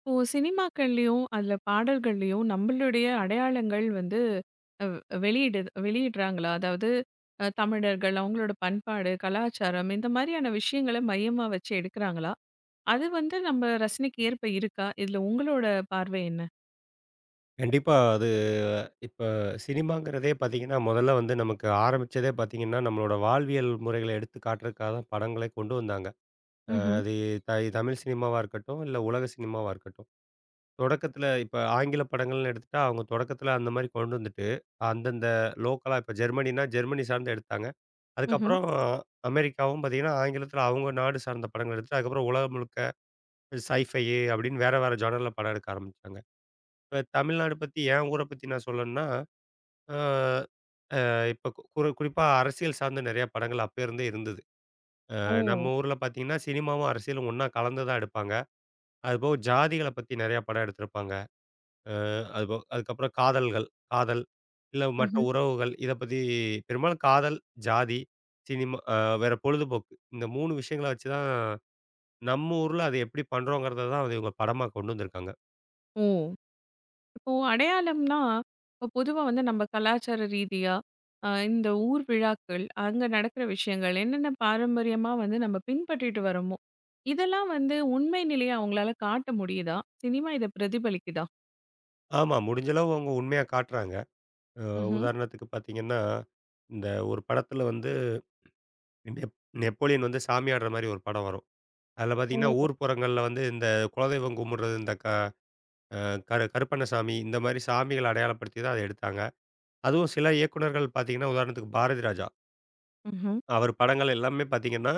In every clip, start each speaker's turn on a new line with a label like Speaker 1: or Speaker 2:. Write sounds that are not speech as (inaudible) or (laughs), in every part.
Speaker 1: இப்போ சினிமாக்கள்லயும், அதுல பாடல்கள்லயும் நம்மளுடைய அடையாளங்கள் வந்து அ வெளியிடு வெளியிடுறாங்களா? அதாவது, தமிழர்கள், அவங்களோட பண்பாடு, கலாச்சாரம் இந்த மாதிரியான விஷயங்கள மையமா வச்சு எடுக்குறாங்களா? அது வந்து நம்ம ரசனைக்கு ஏற்ப இருக்கா? இதுல உங்களோட பார்வை என்ன?
Speaker 2: கண்டிப்பா. அது இப்ப சினிமாங்கிறதே பார்த்தீங்கன்னா, முதல்ல வந்து நமக்கு ஆரம்பிச்சதே பார்த்தீங்கன்னா, நம்மளோட வாழ்வியல் முறைகள எடுத்து காட்டுறதுக்காக தான் படங்களே கொண்டு வந்தாங்க. அ
Speaker 1: ம்ஹ்ம்.
Speaker 2: அது த தமிழ் சினிமாவா இருக்கட்டும், இல்ல உலக சினிமாவா இருக்கட்டும். தொடக்கத்தில இப்ப ஆங்கில படங்கள்னு எடுத்துட்டா, அவங்க தொடக்கத்தில அந்த மாரி கொண்டு வந்துட்டு, அந்தந்த லோக்கலா இப்ப ஜெர்மனினா ஜெர்மனி சார்ந்து எடுத்தாங்க.
Speaker 1: ம்ஹ்ம்.
Speaker 2: அதுக்கப்புறம் அமெரிக்காவும் பார்த்தீங்கன்னா, ஆங்கிலத்தில அவங்க நாடு சார்ந்த படங்கள் எடுத்துட்டு, அதுக்கப்புறம் உலகம் முழுக்க சைஃபை அப்படின்னு வேற வேற ஜானர்ல படம் எடுக்க ஆரம்பிச்சாங்க. இப்ப தமிழ்நாடு பத்தி என் ஊர பத்தி நான் சொல்லணும்னா, அ இப்ப கு குறி குறிப்பா அரசியல் சார்ந்த நெறைய படங்கள் அப்ப இருந்தே இருந்தது.
Speaker 1: ஓ!
Speaker 2: நம்ம ஊர்ல பார்த்தீங்கன்னா, சினிமாவும், அரசியலும் ஒண்ணா கலந்து தான் எடுப்பாங்க. அதுபோக ஜாதிகள பத்தி நெறைய படம் எடுத்திருப்பாங்க. அ அதுபோக அதுக்கப்புறம் காதல்கள், காதல் இல்ல மற்ற
Speaker 1: ம்ஹ்ம்.
Speaker 2: உறவுகள் இத பத்தி பெரும்பாலும் காதல், ஜாதி, சினிமா அ வேற பொழுதுபோக்கு இந்த 3 விஷயங்கள வச்சு தான் நம்ம ஊர்ல அத எப்படி பண்றோங்கிறத தான் அது இவங்க படமா கொண்டு வந்திருக்காங்க.
Speaker 1: ஓ! இப்போ அடையாளம்னா, இப்போ பொதுவா வந்து நம்ம கலாச்சார ரீதியா, இந்த ஊர் விழாக்கள், அங்க நடக்கிற விஷயங்கள், என்னென்ன பாரம்பரியமா வந்து நம்ம பின்பற்றிட்டு வரோமோ, இதெல்லாம் வந்து உண்மை நிலையை அவங்களால காட்ட முடியுதா? சினிமா இதை பிரதிபலிக்குதா?
Speaker 2: ஆமா, முடிஞ்ச அளவு அவங்க உண்மையா காட்டுறாங்க. அ
Speaker 1: ம்ஹும்.
Speaker 2: உதாரணத்துக்கு பார்த்தீங்கன்னா, இந்த ஒரு படத்துல வந்து நெப் நெப்போலியன் வந்து சாமி ஆடுற மாரி ஒரு படம் வரும். அதில
Speaker 1: ஓ.
Speaker 2: பார்த்தீங்கன்னா, ஊர்ப்புறங்கள்ல வந்து இந்த குலதெய்வம் கும்பிடுறது, இந்த க அ கரு கருப்பண்ணசாமி இந்த மாரி சாமிகள அடையாளப்படுத்தி தான் அத எடுத்தாங்க. அதுவும் சில இயக்குனர்கள் பார்த்தீங்கன்னா, உதாரணத்துக்கு பாரதிராஜா.
Speaker 1: ம்ஹும்.
Speaker 2: அவர் படங்கள் எல்லாமே பார்த்தீங்கன்னா,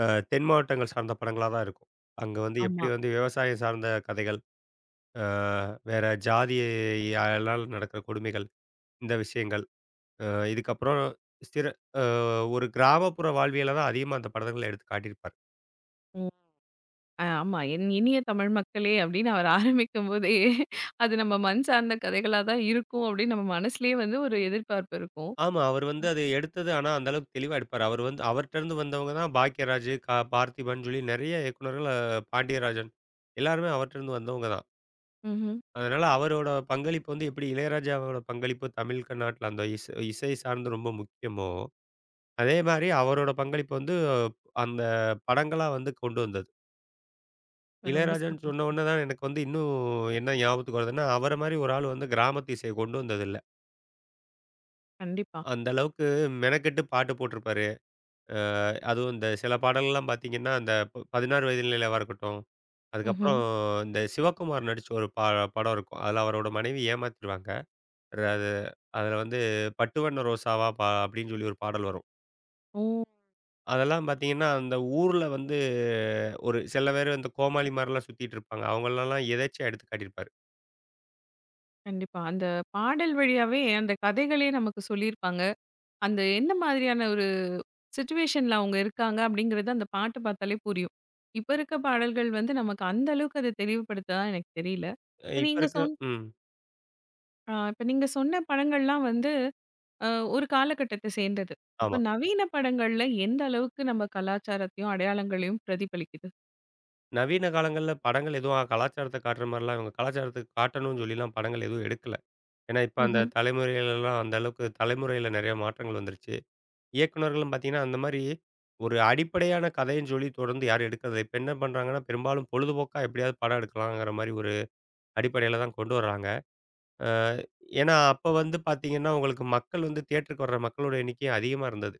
Speaker 2: அ தென் மாவட்டங்கள் சார்ந்த படங்களா தான் இருக்கும். அங்க வந்து எப்படி
Speaker 1: ஆமா.
Speaker 2: வந்து விவசாயம் சார்ந்த கதைகள், அ வேற ஜாதியால் நடக்கிற கொடுமைகள், இந்த விஷயங்கள். அ இதுக்கப்புறம் சிற அ ஒரு கிராமப்புற வாழ்வியல தான் அதிகமா அந்த படங்கள்ல எடுத்து காட்டியிருப்பார்.
Speaker 1: ம். ஆமா, என் இனிய தமிழ் மக்களே அப்படின்னு அவர் ஆரம்பிக்கும் போதே, அது நம்ம மண் சார்ந்த கதைகளா தான் இருக்கும் அப்படின்னு நம்ம மனசுலயே வந்து ஒரு எதிர்பார்ப்பு இருக்கும்.
Speaker 2: ஆமா. அவர் வந்து அது எடுத்தது ஆனா, அந்த அளவுக்கு தெளிவா எடுப்பாரு. அவர் வந்து அவர்ட்ட இருந்து வந்தவங்க தான் பாக்யராஜ், பார்த்திபன் சொல்லி நெறைய இயக்குனர்கள், பாண்டியராஜன் எல்லாருமே அவர்ட்ட இருந்து வந்தவங்க தான்.
Speaker 1: ம்ஹும்.
Speaker 2: அதனால அவரோட பங்களிப்பு வந்து எப்படி இளையராஜாவோட பங்களிப்பு தமிழ் நாட்டுல அந்த இசை இசை சார்ந்து ரொம்ப முக்கியமோ, அதே மாரி அவரோட பங்களிப்பு வந்து அந்த படங்களா வந்து கொண்டு வந்தது.
Speaker 1: ரொம்ப
Speaker 2: இளையராஜான்னு சொன்ன
Speaker 1: சிறப்பாக.
Speaker 2: உடனே தான் எனக்கு வந்து இன்னும் என்ன ஞாபகத்துக்கு வருதுன்னா, அவர மாரி ஒரு ஆள் வந்து கிராமத்து இசைய கொண்டு வந்ததில்ல.
Speaker 1: கண்டிப்பா.
Speaker 2: அந்த அளவுக்கு மெனக்கெட்டு பாட்டு போட்டிருப்பாரு. அ அதுவும் இந்த சில பாடல்கள்லாம் பார்த்தீங்கன்னா, அந்த ப 16 வயது நிலவா இருக்கட்டும், அதுக்கப்புறம்
Speaker 1: ம்ஹும்.
Speaker 2: இந்த சிவகுமார் நடிச்ச ஒரு ப படம் இருக்கும். அதில அவரோட மனைவி ஏமாத்திருவாங்க. ர அது அதில வந்து "பட்டு வண்ண ரோசாவா" அப்படின்னு சொல்லி ஒரு பாடல் வரும்.
Speaker 1: ஓ.
Speaker 2: அதெல்லாம் பார்த்தீங்கன்னா, அந்த ஊர்ல வந்து ஒரு சில பேர் இந்த கோமாளி மாரிலாம் சுத்திட்டு இருப்பாங்க. அவங்களலாம் எதேர்ச்சியா எடுத்து காட்டியிருப்பாரு.
Speaker 1: கண்டிப்பா. அந்த பாடல் வழியாவே அந்த கதைகளே நமக்கு சொல்லியிருப்பாங்க. அந்த என்ன மாதிரியான ஒரு சிச்சுவேஷன்ல அவங்க இருக்காங்க அப்படிங்கிறது அந்த பாட்டு பார்த்தாலே புரியும். இப்ப இருக்க பாடல்கள் வந்து நமக்கு அந்த அளவுக்கு அத தெளிவுபடுத்ததா எனக்கு தெரியல. இப்ப
Speaker 2: இப்ப
Speaker 1: நீங்க
Speaker 2: இருக்கிற
Speaker 1: சொன்
Speaker 2: ம்.
Speaker 1: இப்ப நீங்க சொன்ன படங்கள்லாம் வந்து, அ ஒரு காலகட்டத்த சேர்ந்தது. இப்ப
Speaker 2: ஆமா.
Speaker 1: நவீன படங்கள்ல எந்த அளவுக்கு நம்ம கலாச்சாரத்தையும், அடையாளங்களையும் பிரதிபலிக்குது?
Speaker 2: நவீன காலங்கள்ல படங்கள் எதுவும் கலாச்சாரத்த காட்டுற மாரிலாம் இவங்க கலாச்சாரத்த காட்டணும்னு சொல்லிலாம் படங்கள் எதுவும் எடுக்கல. ஏன்னா, இப்ப அந்த
Speaker 1: ம்ஹ்ம்.
Speaker 2: தலைமுறையிலலாம் அந்த அளவுக்கு தலைமுறையில நெறைய மாற்றங்கள் வந்துருச்சு. இயக்குனர்களும் பார்த்தீங்கன்னா, அந்த மாரி ஒரு அடிப்படையான கதைன்னு சொல்லி தொடர்ந்து யாரும் எடுக்கறதில்ல. இப்ப என்ன பண்றாங்கன்னா, பெரும்பாலும் பொழுதுபோக்கா எப்படியாவது படம் எடுக்கலாங்கிற மாரி ஒரு அடிப்படையில தான் கொண்டு வர்றாங்க. அ ஏன்னா, அப்ப வந்து பார்த்தீங்கன்னா, உங்களுக்கு மக்கள் வந்து தியேட்டருக்கு வர்ற மக்களோட எண்ணிக்கை அதிகமா இருந்தது.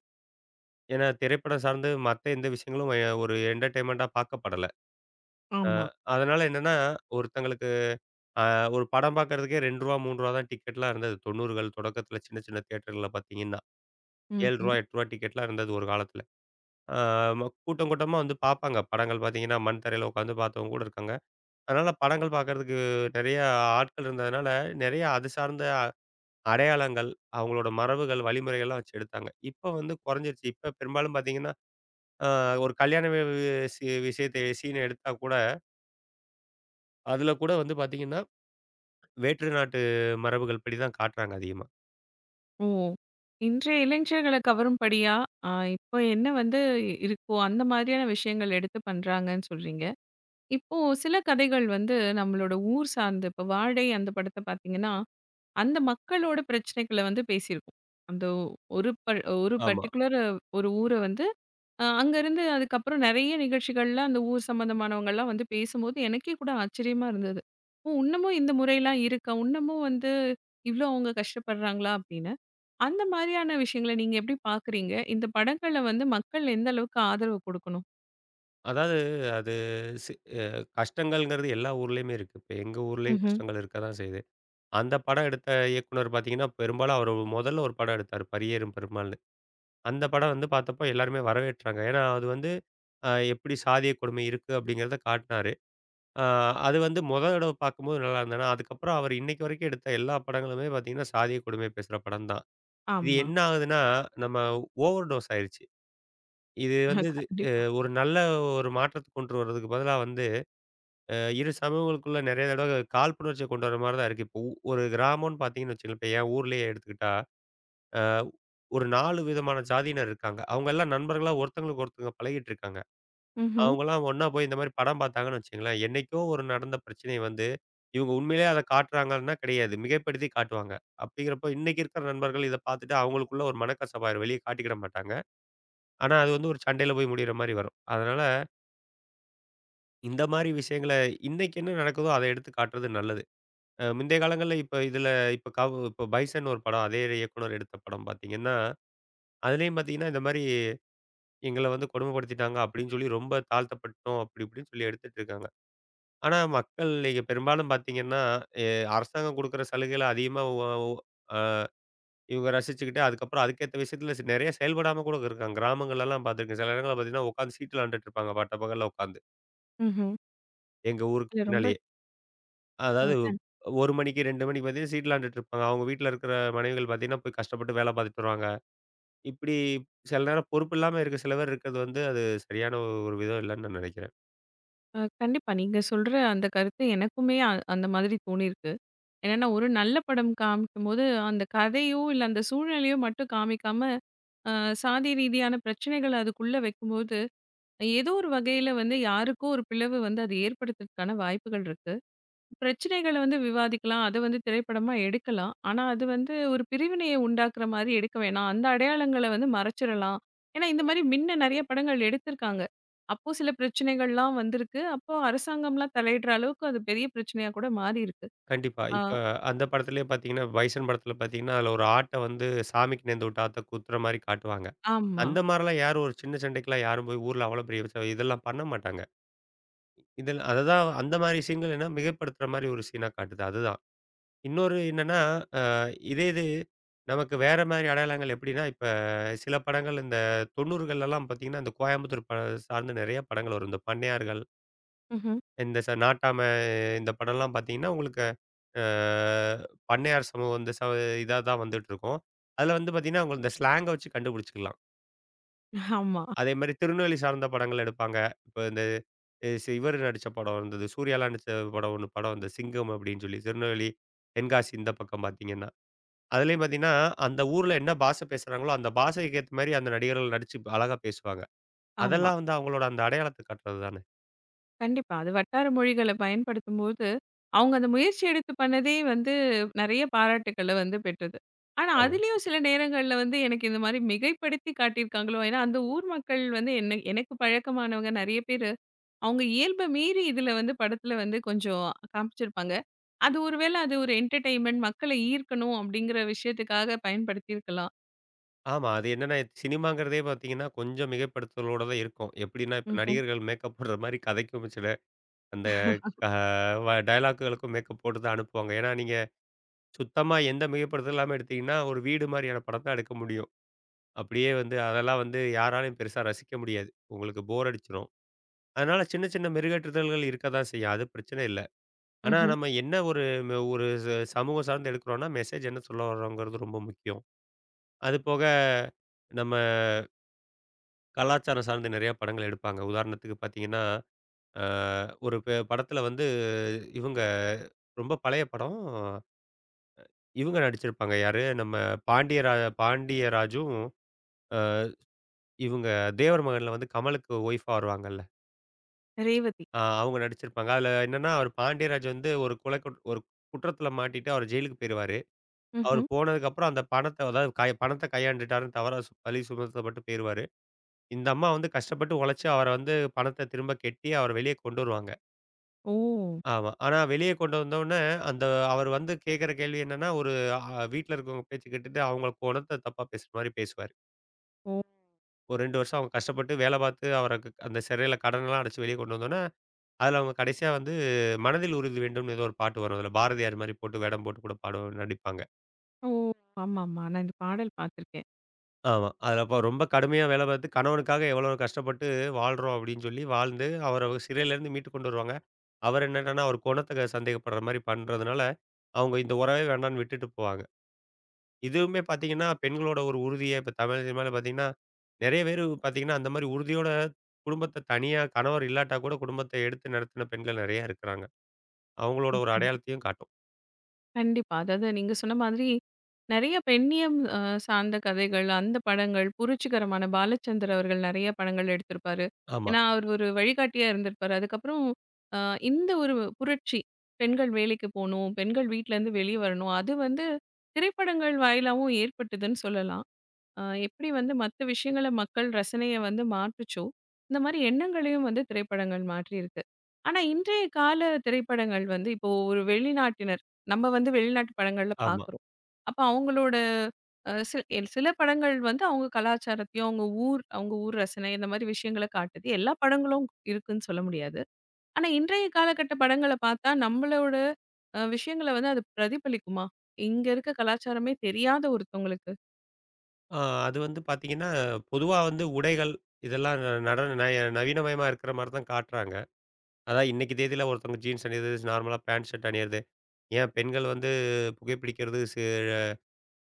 Speaker 2: ஏன்னா, திரைப்படம் சார்ந்து மத்த எந்த விஷயங்களும் ஒரு என்டர்டெயின்மெண்ட்டா பார்க்கப்படல. அ
Speaker 1: ஆமா.
Speaker 2: அதனால என்னன்னா, ஒருத்தங்களுக்கு அ ஒரு படம் பார்க்கறதுக்கே ரூ. 2 ரூ. 3 தான் டிக்கெட்லாம் இருந்தது. 90கள் தொடக்கத்தில சின்ன சின்ன தியேட்டர்கள்ல பார்த்தீங்கன்னா.
Speaker 1: ம்.
Speaker 2: ரூ. 7 ரூ. 8 டிக்கெட்லாம் இருந்தது ஒரு காலத்துல. ஆ ம கூட்டம் கூட்டமா வந்து பார்ப்பாங்க. படங்கள் பார்த்தீங்கன்னா, மண் தரையில உட்காந்து பார்த்தவங்க கூட இருக்காங்க. அதனால படங்கள் பார்க்கறதுக்கு நெறைய ஆட்கள் இருந்ததுனால, நெறைய அது சார்ந்த அடையாளங்கள், அவங்களோட மரபுகள், வழிமுறைகள்லாம் வச்சு எடுத்தாங்க. இப்ப வந்து குறைஞ்சிருச்சு. இப்ப பெரும்பாலும் பார்த்தீங்கன்னா, ஆ ஒரு கல்யாண வி வி- சி விஷயத்த சீன் எடுத்தா கூட, அதுல கூட வந்து பார்த்தீங்கன்னா, வேற்று நாட்டு மரபுகள் படி தான் காட்டுறாங்க அதிகமா.
Speaker 1: ஓ! இன்றைய இளைஞர்கள கவரும்படியா, அ இப்போ என்ன வந்து இருக்கோ, அந்த மாதிரியான விஷயங்கள் எடுத்து பண்றாங்கன்னு சொல்றீங்க. இப்போ சில கதைகள் வந்து நம்மளோட ஊர் சார்ந்து, இப்போ "வாழை" அந்த படத்த பார்த்தீங்கன்னா, அந்த மக்களோட பிரச்சனைகள வந்து பேசியிருக்கும். அந்த ஒரு
Speaker 2: ஆமா.
Speaker 1: பர்ட்டிகுலர் ஒரு ஊர வந்து, அங்கருந்து அதுக்கப்புறம் நெறைய நிகழ்ச்சிகள்ல அந்த ஊர் சம்மந்தமானவங்கலாம் வந்து பேசும்போது, எனக்கே கூட ஆச்சரியமா இருந்தது. ஓ! இன்னமும் இந்த முறைலாம் இருக்கா? இன்னமும் வந்து இவ்ளோ அவங்க கஷ்டப்படுறாங்களா? அப்படின்னு. அந்த மாரியான விஷயங்கள நீங்க எப்படி பார்க்குறீங்க? இந்த படங்கள வந்து மக்கள் எந்த அளவுக்கு ஆதரவு குடுக்கணும்?
Speaker 2: அதாவது அது சி அ கஷ்டங்கள்ங்கிறது எல்லா ஊர்லயுமே இருக்கு. இப்ப எங்க ஊர்லயும்
Speaker 1: ம்ஹ்ம்.
Speaker 2: கஷ்டங்கள் இருக்க தான் செய்யுது. அந்த படம் எடுத்த இயக்குனர் பார்த்தீங்கன்னா, பெரும்பாலும் அவரு முதல்ல ஒரு படம் எடுத்தாரு. பரியேறும் பெருமாள்னு. அந்த படம் வந்து பார்த்தப்போ எல்லாருமே வரவேற்றாங்க. ஏன்னா, அது வந்து எப்படி சாதிய கொடுமை இருக்கு அப்படிங்கிறத காட்டினாரு. அ அது வந்து முதல் தடவ பார்க்கும்போது நல்லா இருந்தது. ஆனா, அதுக்கப்புறம் அவர் இன்னைக்கு வரைக்கும் எடுத்த எல்லா படங்களுமே பார்த்தீங்கன்னா, சாதிய கொடுமை பேசுற படம் தான். இது
Speaker 1: ஆமா.
Speaker 2: என்ன ஆகுதுன்னா, நம்ம ஓவர் டோஸ் ஆயிருச்சு. இது
Speaker 1: (laughs)
Speaker 2: வந்து இது அ
Speaker 1: கண்டிப்பா.
Speaker 2: ஒரு நல்ல ஒரு மாற்றத்த கொண்டு வரதுக்கு பதிலா வந்து இரு சமூகங்களுக்குள்ள நெறைய தடவ காழ்ப்புணர்ச்சிய கொண்டு வர மாரி தான் இருக்கு. இப்போ ஒரு கிராமம்னு பார்த்தீங்கன்னு வச்சுக்கோங்களேன், இப்ப என் ஊர்லயே எடுத்துக்கிட்டா, அ ஒரு 4 விதமான ஜாதியினர் இருக்காங்க. அவங்க எல்லாம் நண்பர்களா ஒருத்தங்களுக்கு ஒருத்தங்க பழகிட்டு இருக்காங்க.
Speaker 1: ம்ஹ்ம்.
Speaker 2: அவங்கலாம் ஒண்ணா போய் இந்த மாரி படம் பார்த்தாங்கன்னு வச்சுக்கங்களேன், என்னைக்கோ ஒரு நடந்த பிரச்சனைய வந்து, இவங்க உண்மையிலேயே அத காட்டுறாங்கன்னா கிடையாது. மிகைப்படுத்தி காட்டுவாங்க. அப்படிங்கிறப்போ இன்னைக்கு இருக்கிற நண்பர்கள் இத பார்த்துட்டு அவங்களுக்குள்ள ஒரு மனக்கசப்பு ஆயிரும். வெளிய காட்டிக்கிட மாட்டாங்க. ஆனா அது வந்து ஒரு சண்டையில போய் முடியிற மாரி வரும். அதனால இந்த மாரி விஷயங்கள இன்னைக்கு என்ன நடக்குதோ அத எடுத்து காட்டுறது நல்லது. அ முந்தைய காலங்கள்ல இப்ப இதுல இப்ப கவ் இப்ப பைசன் ஒரு படம் அதே இயக்குனர் எடுத்த படம் பார்த்தீங்கன்னா, அதுலயும் பார்த்தீங்கன்னா, இந்த மாரி எங்கள வந்து கொடுமைப்படுத்திட்டாங்க அப்படின்னு சொல்லி ரொம்ப தாழ்த்தப்பட்டோம் அப்படி இப்படின்னு சொல்லி எடுத்துட்டு இருக்காங்க. ஆனா மக்கள் இங்க பெரும்பாலும் பார்த்தீங்கன்னா, எ அரசாங்கம் குடுக்குற சலுகைகள அதிகமா ஒ ஒ அ இவங்க ரசிச்சுக்கிட்டு அதுக்கப்புறம் அதுக்கேத்த விஷயத்துல நெறைய செயல்படாம கூட இருக்காங்க. கிராமங்கள்லலாம் பார்த்துருக்கேன். சில இடங்கள்ல பார்த்தீங்கன்னா, உட்காந்து சீட்டு விளையாண்டுட்டு இருப்பாங்க பட்ட பகல்ல உட்காந்து.
Speaker 1: ம்ஹ்ம்.
Speaker 2: எங்க ஊருக்கு
Speaker 1: இல்ல ரொம்ப.
Speaker 2: பின்னாலயே.
Speaker 1: அ
Speaker 2: அதாவது
Speaker 1: கண்
Speaker 2: 1 மணிக்கு 2 மணிக்கு பார்த்தீங்கன்னா, சீட்டு விளையாண்டுட்டு இருப்பாங்க. அவங்க வீட்ல இருக்கிற மனைவிகள் பார்த்தீங்கன்னா, போய் கஷ்டப்பட்டு வேலை பார்த்துட்டு வருவாங்க. இப்படி சில நேரம் பொறுப்பு இல்லாம இருக்க சில பேர் இருக்கிறது வந்து, அது சரியான ஒரு விதம் இல்லன்னு நான் நினைக்கிறேன்.
Speaker 1: அ கண்டிப்பா. நீங்க சொல்ற அந்த கருத்து எனக்குமே அந்த மாதிரி தோணியிருக்கு. என்னன்னா, ஒரு நல்ல படம் காமிக்கும்போது, அந்த கதையோ, இல்ல அந்த சூழ்நிலையோ மட்டும் காமிக்காம, அ சாதி ரீதியான பிரச்சனைகள அதுக்குள்ள வைக்கும்போது, ஏதோ ஒரு வகையில வந்து யாருக்கோ ஒரு பிளவு வந்து அது ஏற்படுத்துறதுக்கான வாய்ப்புகள் இருக்கு. பிரச்சனைகள வந்து விவாதிக்கலாம். அத வந்து திரைப்படமா எடுக்கலாம். ஆனா, அது வந்து ஒரு பிரிவினைய உண்டாக்குற மாரி எடுக்க வேணாம். அந்த அடையாளங்கள வந்து மறைச்சிறலாம். ஏன்னா, இந்த மாரி முன்ன நெறைய படங்கள் எடுத்திருக்காங்க. அப்போ சில பிரச்சனைகள்லாம் வந்திருக்கு. அப்போ அரசாங்கம்லாம் தலையிடுற அளவுக்கு அது பெரிய பிரச்சனையா கூட மாறியிருக்கு.
Speaker 2: கண்டிப்பா.
Speaker 1: ஆ
Speaker 2: இப்ப அந்த படத்திலேயே பார்த்தீங்கன்னா, பைசன் படத்தில பார்த்தீங்கன்னா, அதில ஒரு ஆட்ட வந்து சாமிக்கு நேர்ந்து விட்ட ஆத்த குத்துற மாரி காட்டுவாங்க.
Speaker 1: ஆமா.
Speaker 2: அந்த மாரிலாம் யாரும் ஒரு சின்ன சண்டைக்கெல்லாம் போய் ஊர்ல அவ்வளோ பெரிய விஷயம் இதெல்லாம் பண்ண மாட்டாங்க. இதில அததான் அந்த மாரி சீன்கள் என்ன மிகைப்படுத்துற மாரி ஒரு சீனா காட்டுது. அதுதான். இன்னொரு என்னன்னா, அ இதே இது நமக்கு வேற மாரி அடையாளங்கள் எப்படின்னா, இப்ப சில படங்கள் இந்த 90கள்லலாம் பார்த்தீங்கன்னா, இந்த கோயம்புத்தூர் சார்ந்த நிறைய படங்கள் வரும். இந்த பண்ணையார்கள்,
Speaker 1: ம்ஹ்ம்.
Speaker 2: இந்த ச நாட்டாம இந்த படம்லாம் பார்த்தீங்கன்னா, உங்களுக்கு அ பண்ணையார் சமூகம் இந்த ச இதா தான் வந்துட்டுருக்கும். அதில வந்து பார்த்தீங்கன்னா, அவங்க இந்த ஸ்லாங்க வச்சு கண்டுபிடிச்சுக்கலாம்.
Speaker 1: ஆமா.
Speaker 2: அதேமாரி திருநெல்வேலி சார்ந்த படங்கள் எடுப்பாங்க. இப்ப இந்த அ சி இவர் நடிச்ச படம் இருந்தது. சூர்யாலாம் நடிச்ச படம் ஒண்ணு படம் வந்தது. சிங்கம் அப்படின்னு சொல்லி திருநெல்வேலி, தென்காசி இந்த பக்கம் பார்த்தீங்கன்னா. அதுலயும் பார்த்தீங்கன்னா, அந்த ஊர்ல என்ன பாஷை பேசுறாங்களோ, அந்த பாஷைக்கு ஏத்த மாரி அந்த நடிகர்கள் நடிச்சு அழகா பேசுவாங்க.
Speaker 1: ஆமா.
Speaker 2: அதெல்லாம் வந்து அவங்களோட அந்த அடையாளத்த காட்டுறது தானே.
Speaker 1: கண்டிப்பா. அது வட்டார மொழிகள பயன்படுத்தும்போது, அவங்க அந்த முயற்சி எடுத்து பண்ணதே வந்து நெறைய பாராட்டுக்கள வந்து பெற்றது. ஆனா,
Speaker 2: ஆமா.
Speaker 1: அதிலயும் சில நேரங்கள்ல வந்து எனக்கு இந்த மாரி மிகைப்படுத்தி காட்டியிருக்காங்களோ! ஏன்னா, அந்த ஊர் மக்கள் வந்து என்ன எனக்கு பழக்கமானவங்க நெறைய பேரு, அவங்க இயல்ப மீறி இதில வந்து படத்தில வந்து கொஞ்சம் காமிச்சிருப்பாங்க. அது ஒரு வேள அது ஒரு என்டர்டெயின்மென்ட் மக்கள ஈர்க்கணும் அப்படிங்கிற விஷயத்துக்காக பயன்படுத்தியிருக்கலாம்.
Speaker 2: ஆமா. அது என்னன்னா சினிமாங்கிறதே பார்த்தீங்கன்னா, கொஞ்சம் மிகைப்படுத்தலோட தான் இருக்கும். எப்படின்னா, இப்ப
Speaker 1: ம்ஹ்ம்.
Speaker 2: நடிகர்கள் மேக்கப் போடுற மாரி கதைக்கும் சில அந்த அ வ டயலாக்குகளுக்கும் மேக்கப் போட்டு தான் அனுப்புவாங்க. ஏன்னா, நீங்க சுத்தமா எந்த மிகைப்படுத்தலும் இல்லாம எடுத்தீங்கன்னா, ஒரு வீடு மாரியான படம் தான் எடுக்க முடியும். அப்படியே வந்து அதெல்லாம் வந்து யாராலயும் பெருசா ரசிக்க முடியாது. உங்களுக்கு போர் அடிச்சுரும். அதனால சின்ன சின்ன மெருகேற்றுதல்கள் இருக்க தான் செய்யும். அது பிரச்சனை இல்ல. ஆனா,
Speaker 1: ம்ஹ்ம்.
Speaker 2: நம்ம என்ன ஒரு ம ஒரு ச சமூகம் சார்ந்து எடுக்கிறோம்னா, மெசேஜ் என்ன சொல்ல வர்றோங்கிறது ரொம்ப முக்கியம். அது போக நம்ம கலாச்சாரம் சார்ந்து நெறைய படங்கள் எடுப்பாங்க. உதாரணத்துக்கு பார்த்தீங்கன்னா, அ ஒரு படத்தில வந்து இவங்க ரொம்ப பழைய படம். இவங்க நடிச்சிருப்பாங்க. யாரு? நம்ம பாண்டியரா பாண்டியராஜும் அ இவங்க தேவர் மகன்ல வந்து கமலுக்கு ஒய்ஃபா வருவாங்கல்ல.
Speaker 1: ரேவதி.
Speaker 2: அவங்க நடிச்சிருப்பாங்க. அதில என்னன்னா, அவர் பாண்டியராஜ் வந்து ஒரு கொலை குட் ஒரு குற்றத்தில மாட்டிட்டு அவர் ஜெயிலுக்கு போயிருவாரு. அவரு
Speaker 1: ம்ஹ்ம்.
Speaker 2: போனதுக்கப்புறம் அந்த பணத்த அதாவது கை பணத்த கையாண்டுட்டாருன்னு தவறா பழி சுமத்தப்பட்டு போயிருவாரு. இந்த அம்மா வந்து கஷ்டப்பட்டு உழைச்சு அவர வந்து பணத்த திரும்ப கட்டி, அவர வெளிய கொண்டு வருவாங்க.
Speaker 1: ஓ!
Speaker 2: ஆமா. ஆனா வெளிய கொண்டு வந்தோனே, அந்த அவரு வந்து கேட்கற கேள்வி என்னன்னா, ஒரு அ வீட்ல இருக்கவங்க பேச்சு கேட்டுட்டு, அவங்க குணத்த தப்பா பேசுற மாரி பேசுவாரு. ஒரு 2 வருஷம் அவங்க கஷ்டப்பட்டு வேல பார்த்து, அவருக்கு அந்த சிறையில கடன்லாம் அடைச்சு வெளிய கொண்டு வந்தோனே, அதுல அவங்க கடைசியா வந்து "மனதில் உறுதி வேண்டும்" ஏதோ ஒரு பாட்டு வரும். அதுல பாரதியார் மாரி போட்டு, வேடம் போட்டு கூட பாடுவ நடிப்பாங்க.
Speaker 1: ஓ! ஆமாமா. நான் இந்த பாடல் பார்த்துருக்கேன்.
Speaker 2: ஆமா. அதுல அப்ப ரொம்ப கடுமையா வேலை பார்த்து, கணவனுக்காக எவ்வளோ கஷ்டப்பட்டு வாழ்றோம் அப்படின்னு சொல்லி வாழ்ந்து, அவர சிறையிலேருந்து மீட்டு கொண்டு வருவாங்க. அவர் என்னடான்னா, அவர் குணத்த சந்தேகப்படுற மாரி பண்றதுனால, அவங்க இந்த உறவே வேண்டான்னு விட்டுட்டு போவாங்க. இதுவுமே பார்த்தீங்கன்னா, பெண்களோட ஒரு உறுதிய இப்ப தமிழ் சினிமால பார்த்தீங்கன்னா, நெறைய பேரு பார்த்தீங்கன்னா, அந்த மாரி உறுதியோட குடும்பத்த தனியா கணவர் இல்லாட்டா கூட குடும்பத்த எடுத்து நடத்தின பெண்கள் நெறைய இருக்கிறாங்க. அவங்களோட ஒரு
Speaker 1: ம்.
Speaker 2: அடையாளத்தையும் காட்டும்.
Speaker 1: கண்டிப்பா. அதாவது நீங்க சொன்ன மாதிரி, நெறைய பெண்ணியம் சார்ந்த கதைகள், அந்த படங்கள் புரட்சிகரமான பாலச்சந்தர் அவர்கள் நெறைய படங்கள் எடுத்திருப்பாரு.
Speaker 2: ஆமா,
Speaker 1: ஏன்னா, அவர் ஒரு வழிகாட்டியா இருந்திருப்பாரு. அதுக்கப்புறம், அ இந்த ஒரு புரட்சி, பெண்கள் வேலைக்கு போணும், பெண்கள் வீட்லருந்து வெளிய வரணும். அது வந்து திரைப்படங்கள் வாயிலாவும் ஏற்பட்டதுன்னு சொல்லலாம். எப்படி வந்து மத்த விஷயங்கள மக்கள் ரசனைய வந்து மாற்றுச்சோ, இந்த மாரி எண்ணங்களையும் வந்து திரைப்படங்கள் மாற்றியிருக்கு. ஆனா இன்றைய கால திரைப்படங்கள் வந்து, இப்போ ஒரு வெளிநாட்டினர், நம்ம வந்து வெளிநாட்டு படங்கள்ல
Speaker 2: ஆமா.
Speaker 1: பார்க்குறோம். அப்ப அவங்களோட அ சில எல் சில படங்கள் வந்து அவங்க கலாச்சாரத்தையும், அவங்க ஊர் ரசனை இந்த மாரி விஷயங்கள காட்டுது. எல்லா படங்களும் இருக்குன்னு சொல்ல முடியாது. ஆனா இன்றைய காலகட்ட படங்கள பார்த்தா நம்மளோட விஷயங்கள வந்து அது பிரதிபலிக்குமா? இங்க இருக்க கலாச்சாரமே தெரியாத ஒருத்தவங்களுக்கு?
Speaker 2: ஆ அது வந்து பார்த்தீங்கன்னா, பொதுவா வந்து உடைகள் இதெல்லாம் ந நடன நய நவீனமயமா இருக்கிற மாரி தான் காட்டுறாங்க. அதான் இன்னைக்கு தேதியில ஒருத்தவங்க ஜீன்ஸ் அணியிறது, நார்மலா பேண்ட், ஷர்ட் அணியிறது. ஏன் பெண்கள் வந்து புகைப்பிடிக்கிறது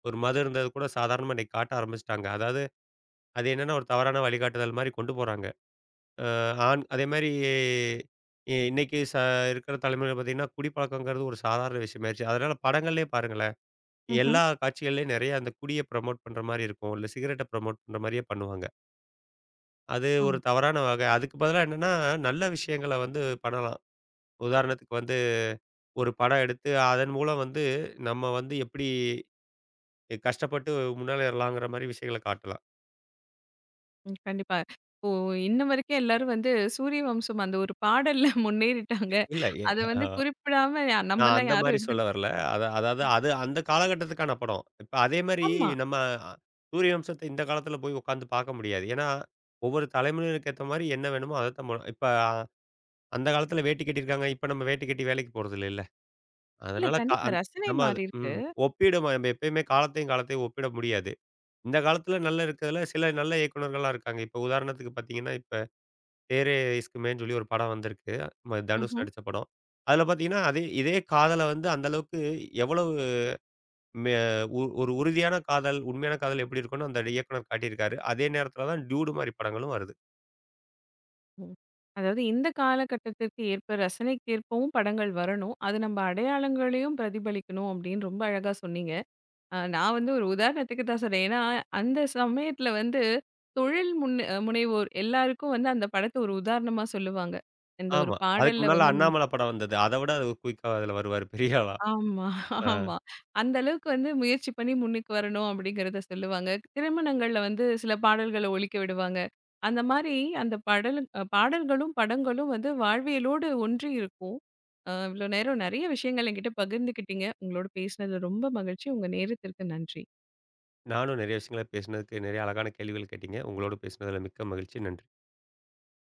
Speaker 2: ஒரு மதம் இருந்தது கூட சாதாரணமா இன்னைக்கு காட்ட ஆரம்பிச்சுட்டாங்க. அதாவது அது என்னன்னா ஒரு தவறான வழிகாட்டுதல் மாரி கொண்டு போறாங்க. அ ஆண் அதேமாரி இன்னைக்கு இருக்கிற தலைமுறையில பார்த்தீங்கன்னா, குடிப்பழக்கங்கிறது ஒரு சாதாரண விஷயமாயிருச்சு. அதனால படங்கள்லயே பாருங்களேன்,
Speaker 1: ம்ஹ்ம்.
Speaker 2: எல்லா காட்சிகள்லயும் நெறைய அந்த குடிய ப்ரமோட் பண்ற மாரி இருக்கும். இல்ல சிகரெட்ட ப்ரமோட் பண்ற மாரியே பண்ணுவாங்க. அது ஒரு தவறான வகை. அதுக்கு பதிலா என்னன்னா, நல்ல விஷயங்கள வந்து பண்ணலாம். உதாரணத்துக்கு வந்து ஒரு படம் எடுத்து, அதன் மூலம் வந்து நம்ம வந்து எப்படி கஷ்டப்பட்டு முன்னேறலாங்கிற மாரி விஷயங்கள காட்டலாம்.
Speaker 1: ம். கண்டிப்பா. இப்போ இன்ன வரைக்கும் எல்லாரும் வந்து சூரிய வம்சம் அந்த ஒரு பாடல்ல (laughs) முன்னேறிட்டாங்க.
Speaker 2: இல்ல எ
Speaker 1: அத
Speaker 2: ஆ
Speaker 1: வந்து குறிப்பிடாம
Speaker 2: நான்
Speaker 1: நம்பலாம்
Speaker 2: அந்த
Speaker 1: யாரும்
Speaker 2: மாரி
Speaker 1: இருந்திரு.
Speaker 2: சொல்ல வரல. அதாவது அது அந்த காலகட்டத்துக்கான படம். இப்ப அதே மாரி
Speaker 1: ஆமா.
Speaker 2: நம்ம அஹ், சூரிய வம்சத்த இந்த காலத்துல போய் உட்காந்து பாக்க முடியாது. ஏன்னா, ஒவ்வொரு தலைமுறையினருக்கு ஏத்த மாரி என்ன வேணுமோ அதத்தான் இப்ப அந்த காலத்துல வேட்டி கட்டியிருக்காங்க. இப்ப நம்ம வேட்டி கட்டி வேலைக்கு போறதில்லைல்ல.
Speaker 1: இல்ல
Speaker 2: அதனால கா
Speaker 1: கண்டிப்பா
Speaker 2: அந்
Speaker 1: ரசனை
Speaker 2: நம்ம அது
Speaker 1: மாறியிருக்கு.
Speaker 2: ம். ஒப்பிடுமா நம்ம எப்பயுமே காலத்தையும் காலத்தையும் ஒப்பிட முடியாது. இந்த காலத்தில நல்லா இருக்கிறதுல சில நல்ல இயக்குனர்கள்லாம் இருக்காங்க. இப்ப உதாரணத்துக்கு பார்த்தீங்கன்னா, இப்ப "தேரே இஸ்க் மே'ன்னு சொல்லி ஒரு படம் வந்திருக்கு. தனுஷ்
Speaker 1: ம்ஹ்ம்.
Speaker 2: நடிச்ச படம். அதில பார்த்தீங்கன்னா, அதே இதே காதல வந்து அந்த அளவுக்கு எவ்வளவு மெ ஒ ஒரு உறுதியான காதல், உண்மையான காதல் எப்படி இருக்கும்னு அந்த இயக்குனர் காட்டியிருக்காரு. அதே நேரத்தில தான் டியூடு மாரி படங்களும் வருது.
Speaker 1: ம். அதாவது இந்த காலகட்டத்திற்கு ஏற்ப ரசனைக்கேற்பவும் படங்கள் வரணும். அது நம்ம அடையாளங்களையும் பிரதிபலிக்கணும் அப்படின்னு ரொம்ப அழகா சொன்னீங்க. நான் வந்து ஒரு உதாரணத்துக்கு தான் சொன்னேன். ஏன்னா, அந்த சமயத்துல வந்து தொழில் முன் முனைவோர் எல்லாருக்கும் வந்து அந்த படத்த ஒரு உதாரணமா சொல்லுவாங்க. இந்த ஒரு
Speaker 2: ஆமா. அதுக்கு
Speaker 1: பாடல்ல
Speaker 2: முன்னால
Speaker 1: வந்து
Speaker 2: அண்ணாமலை படம் வந்தது. அத விட அது குயிக்கா அதில வருவாரு பெரிய ஆளா.
Speaker 1: ஆமா.
Speaker 2: ஆ.
Speaker 1: ஆமா. அந்த அளவுக்கு வந்து முயற்சி பண்ணி முன்னுக்கு வரணும் அப்படிங்கிறத சொல்லுவாங்க. திருமணங்கள்ல வந்து சில பாடல்கள ஒலிக்க விடுவாங்க. அந்த மாரி அந்த படலு அ பாடல்களும், படங்களும் வந்து வாழ்வியலோடு ஒன்றி இருக்கும். இவ்ளோ நேரம் நெறைய விஷயங்கள் என்கிட்ட பகிர்ந்துக்கிட்டீங்க. உங்களோட பேசினது ரொம்ப மகிழ்ச்சி. உங்க நேரத்திற்கு நன்றி.
Speaker 2: நானும் நெறைய விஷயங்கள பேசினதுக்கு, நெறைய அழகான கேள்விகள் கேட்டீங்க. உங்களோட பேசினதுல மிக்க மகிழ்ச்சி. நன்றி.